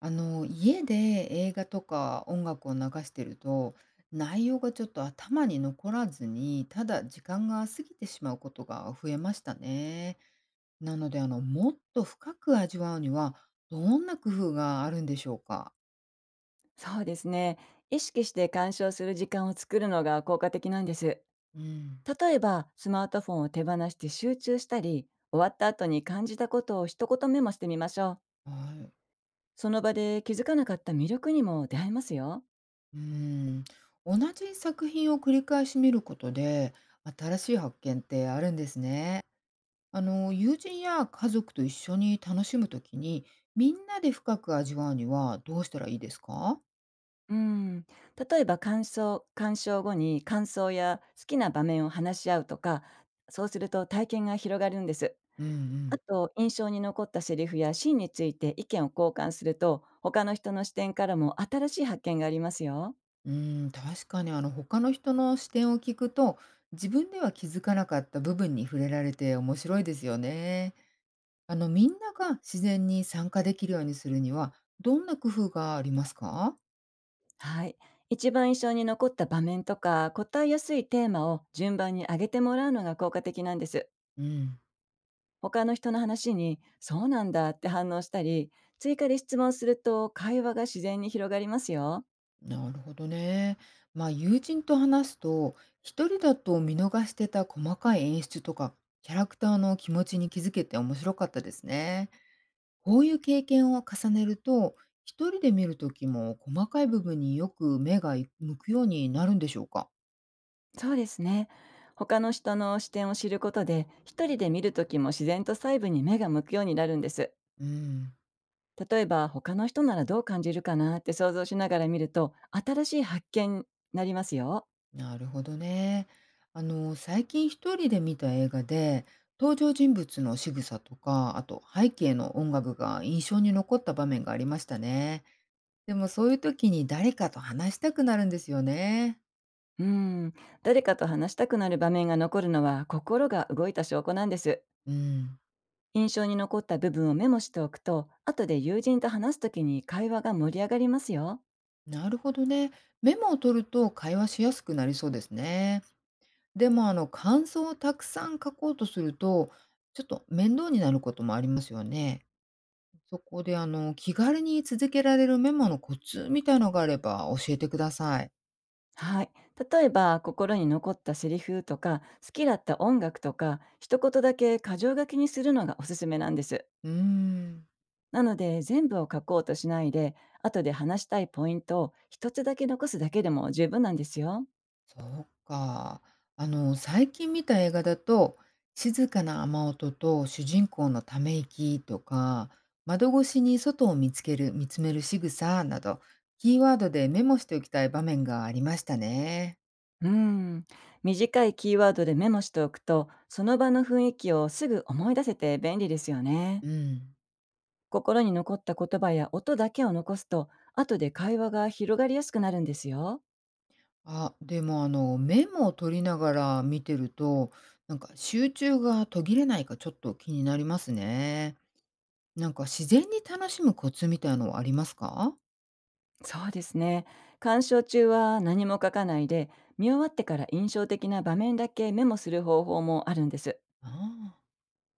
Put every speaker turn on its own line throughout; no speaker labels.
家で映画とか音楽を流してると、内容がちょっと頭に残らずに、ただ時間が過ぎてしまうことが増えましたね。なので、もっと深く味わうには、どんな工夫があるんでしょうか？
そうですね。意識して鑑賞する時間を作るのが効果的なんです。
うん。
例えば、スマートフォンを手放して集中したり、終わった後に感じたことを一言メモしてみましょう。
はい。
その場で気づかなかった魅力にも出会えますよ。
うん。同じ作品を繰り返し見ることで、新しい発見ってあるんですね。あの友人や家族と一緒に楽しむときに、みんなで深く味わうにはどうしたらいいですか？
うん。例えば、鑑賞後に感想や好きな場面を話し合うとか、そうすると体験が広がるんです。
うんう
あ
ん。
と、印象に残ったセリフやシーンについて意見を交換すると、他の人の視点からも新しい発見がありますよ。
確かに、あの他の人の視点を聞くと、自分では気づかなかった部分に触れられて面白いですよね。あの、みんなが自然に参加できるようにするには、どんな工夫がありますか？
はい。一番印象に残った場面とか、答えやすいテーマを順番に上げてもらうのが効果的なんです。
うん。
他の人の話に、そうなんだって反応したり、追加で質問すると会話が自然に広がりますよ。
なるほどね。まあ友人と話すと、一人だと見逃してた細かい演出とか、キャラクターの気持ちに気づけて面白かったですね。こういう経験を重ねると、一人で見るときも細かい部分によく目が向くようになるんでしょうか。
そうですね。他の人の視点を知ることで、一人で見るときも自然と細部に目が向くようになるんです。
うん、
例えば、他の人ならどう感じるかなって想像しながら見ると、新しい発見になりますよ。
なるほどね。最近一人で見た映画で、登場人物の仕草とか、あと背景の音楽が印象に残った場面がありましたね。でもそういう時に誰かと話したくなるんですよね。
うーん、誰かと話したくなる場面が残るのは心が動いた証拠なんです。
うん、
印象に残った部分をメモしておくと、後で友人と話すときに会話が盛り上がりますよ。
なるほどね。メモを取ると会話しやすくなりそうですね。でも、あの感想をたくさん書こうとすると、ちょっと面倒になることもありますよね。そこで、あの気軽に続けられるメモのコツみたいのがあれば教えてください。
はい。例えば、心に残ったセリフとか、好きだった音楽とか、一言だけ箇条書きにするのがおすすめなんです。
うん。
なので、全部を書こうとしないで、後で話したいポイントを一つだけ残すだけでも十分なんですよ。
そうか。最近見た映画だと、静かな雨音と主人公のため息とか、窓越しに外を見つける、見つめる仕草など、キーワードでメモしておきたい場面がありましたね。
うん、短いキーワードでメモしておくと、その場の雰囲気をすぐ思い出せて便利ですよね。
うん。
心に残った言葉や音だけを残すと、後で会話が広がりやすくなるんですよ。
あ、でもメモを取りながら見てると、なんか集中が途切れないかちょっと気になりますね。なんか自然に楽しむコツみたいのはありますか？
そうですね。鑑賞中は何も書かないで、見終わってから印象的な場面だけメモする方法もあるんです。
ああ。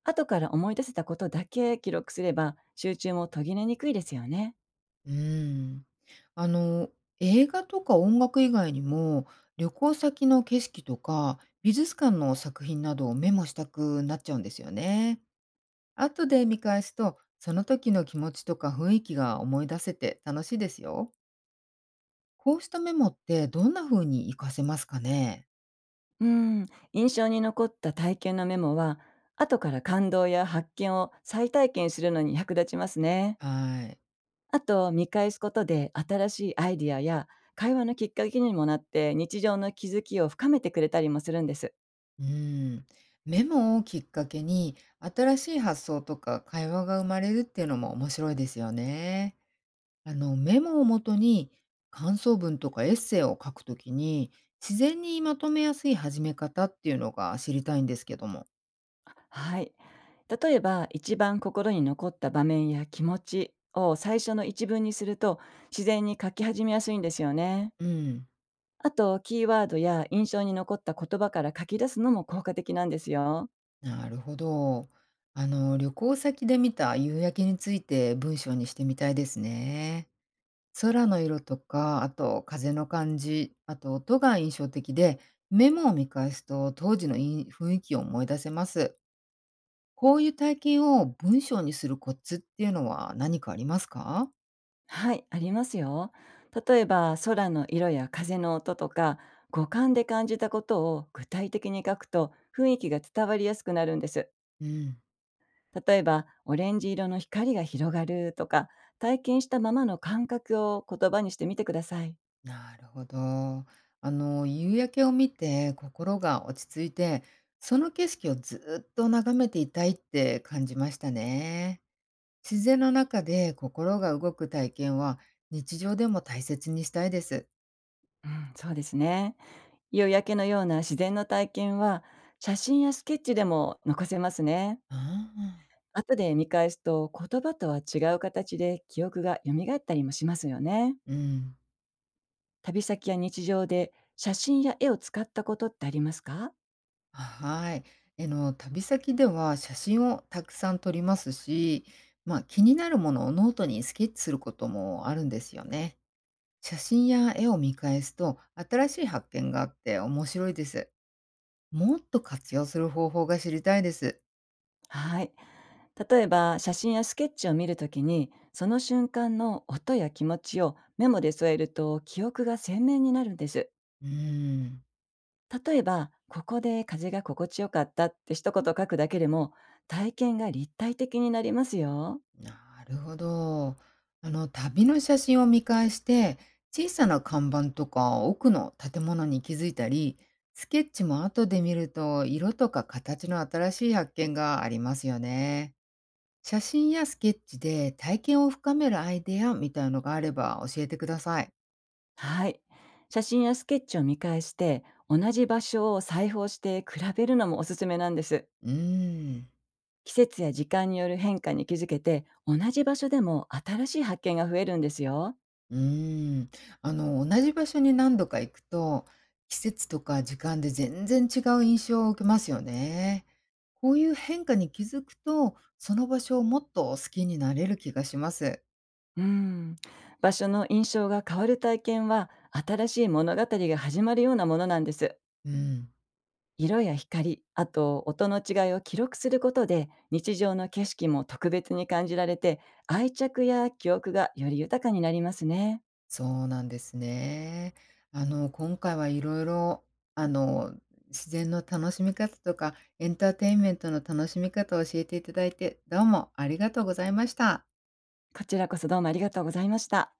後から思い出せたことだけ記録すれば、集中も途切れにくいですよね。
うーん。あの、映画とか音楽以外にも、旅行先の景色とか、美術館の作品などをメモしたくなっちゃうんですよね。後で見返すと、その時の気持ちとか雰囲気が思い出せて楽しいですよ。こうしたメモってどんな風に活かせますかね？
うん、印象に残った体験のメモは、後から感動や発見を再体験するのに役立ちますね。
はい。
あと、見返すことで新しいアイディアや会話のきっかけにもなって、日常の気づきを深めてくれたりもするんです。
うーん。メモをきっかけに、新しい発想とか会話が生まれるっていうのも面白いですよね。あのメモをもとに、感想文とかエッセイを書くときに自然にまとめやすい始め方っていうのが知りたいんですけども。
はい。例えば、一番心に残った場面や気持ちを最初の一文にすると、自然に書き始めやすいんですよね。
うん、
あと、キーワードや印象に残った言葉から書き出すのも効果的なんですよ。
なるほど。あの旅行先で見た夕焼けについて文章にしてみたいですね。空の色とか、あと風の感じ、あと音が印象的で、メモを見返すと当時のい雰囲気を思い出せます。こういう体験を文章にするコツっていうのは何かありますか？
はい、ありますよ。例えば、空の色や風の音とか、五感で感じたことを具体的に書くと、雰囲気が伝わりやすくなるんです。
うん。
例えば、オレンジ色の光が広がるとか、体験したままの感覚を言葉にしてみてください。
なるほど。夕焼けを見て心が落ち着いて、その景色をずっと眺めていたいって感じましたね。自然の中で心が動く体験は日常でも大切にしたいです。
うん、そうですね。夕焼けのような自然の体験は、写真やスケッチでも残せますね。
ああ、
後で見返すと、言葉とは違う形で記憶が蘇ったりもしますよね。
うん。
旅先や日常で写真や絵を使ったことってありますか？
はい。旅先では写真をたくさん撮りますし、まあ、気になるものをノートにスケッチすることもあるんですよね。写真や絵を見返すと新しい発見があって面白いです。もっと活用する方法が知りたいです。
はい。例えば、写真やスケッチを見るときに、その瞬間の音や気持ちをメモで添えると、記憶が鮮明になるんです。
うーん、
例えば、ここで風が心地よかったって一言書くだけでも、体験が立体的になりますよ。
なるほど。旅の写真を見返して、小さな看板とか奥の建物に気づいたり、スケッチも後で見ると色とか形の新しい発見がありますよね。写真やスケッチで体験を深めるアイデアみたいのがあれば教えてください。
はい。写真やスケッチを見返して、同じ場所を裁縫して比べるのもおすすめなんです。
うーん。
季節や時間による変化に気づけて、同じ場所でも新しい発見が増えるんですよ。
うーん。同じ場所に何度か行くと、季節とか時間で全然違う印象を受けますよね。こういう変化に気づくと、その場所をもっと好きになれる気がします。
うん、場所の印象が変わる体験は、新しい物語が始まるようなものなんです。
うん、
色や光、あと音の違いを記録することで、日常の景色も特別に感じられて、愛着や記憶がより豊かになりますね。
そうなんですね。あの、今回はいろいろ、あの、自然の楽しみ方とか、エンターテインメントの楽しみ方を教えていただいて、どうもありがとうございました。
こちらこそどうもありがとうございました。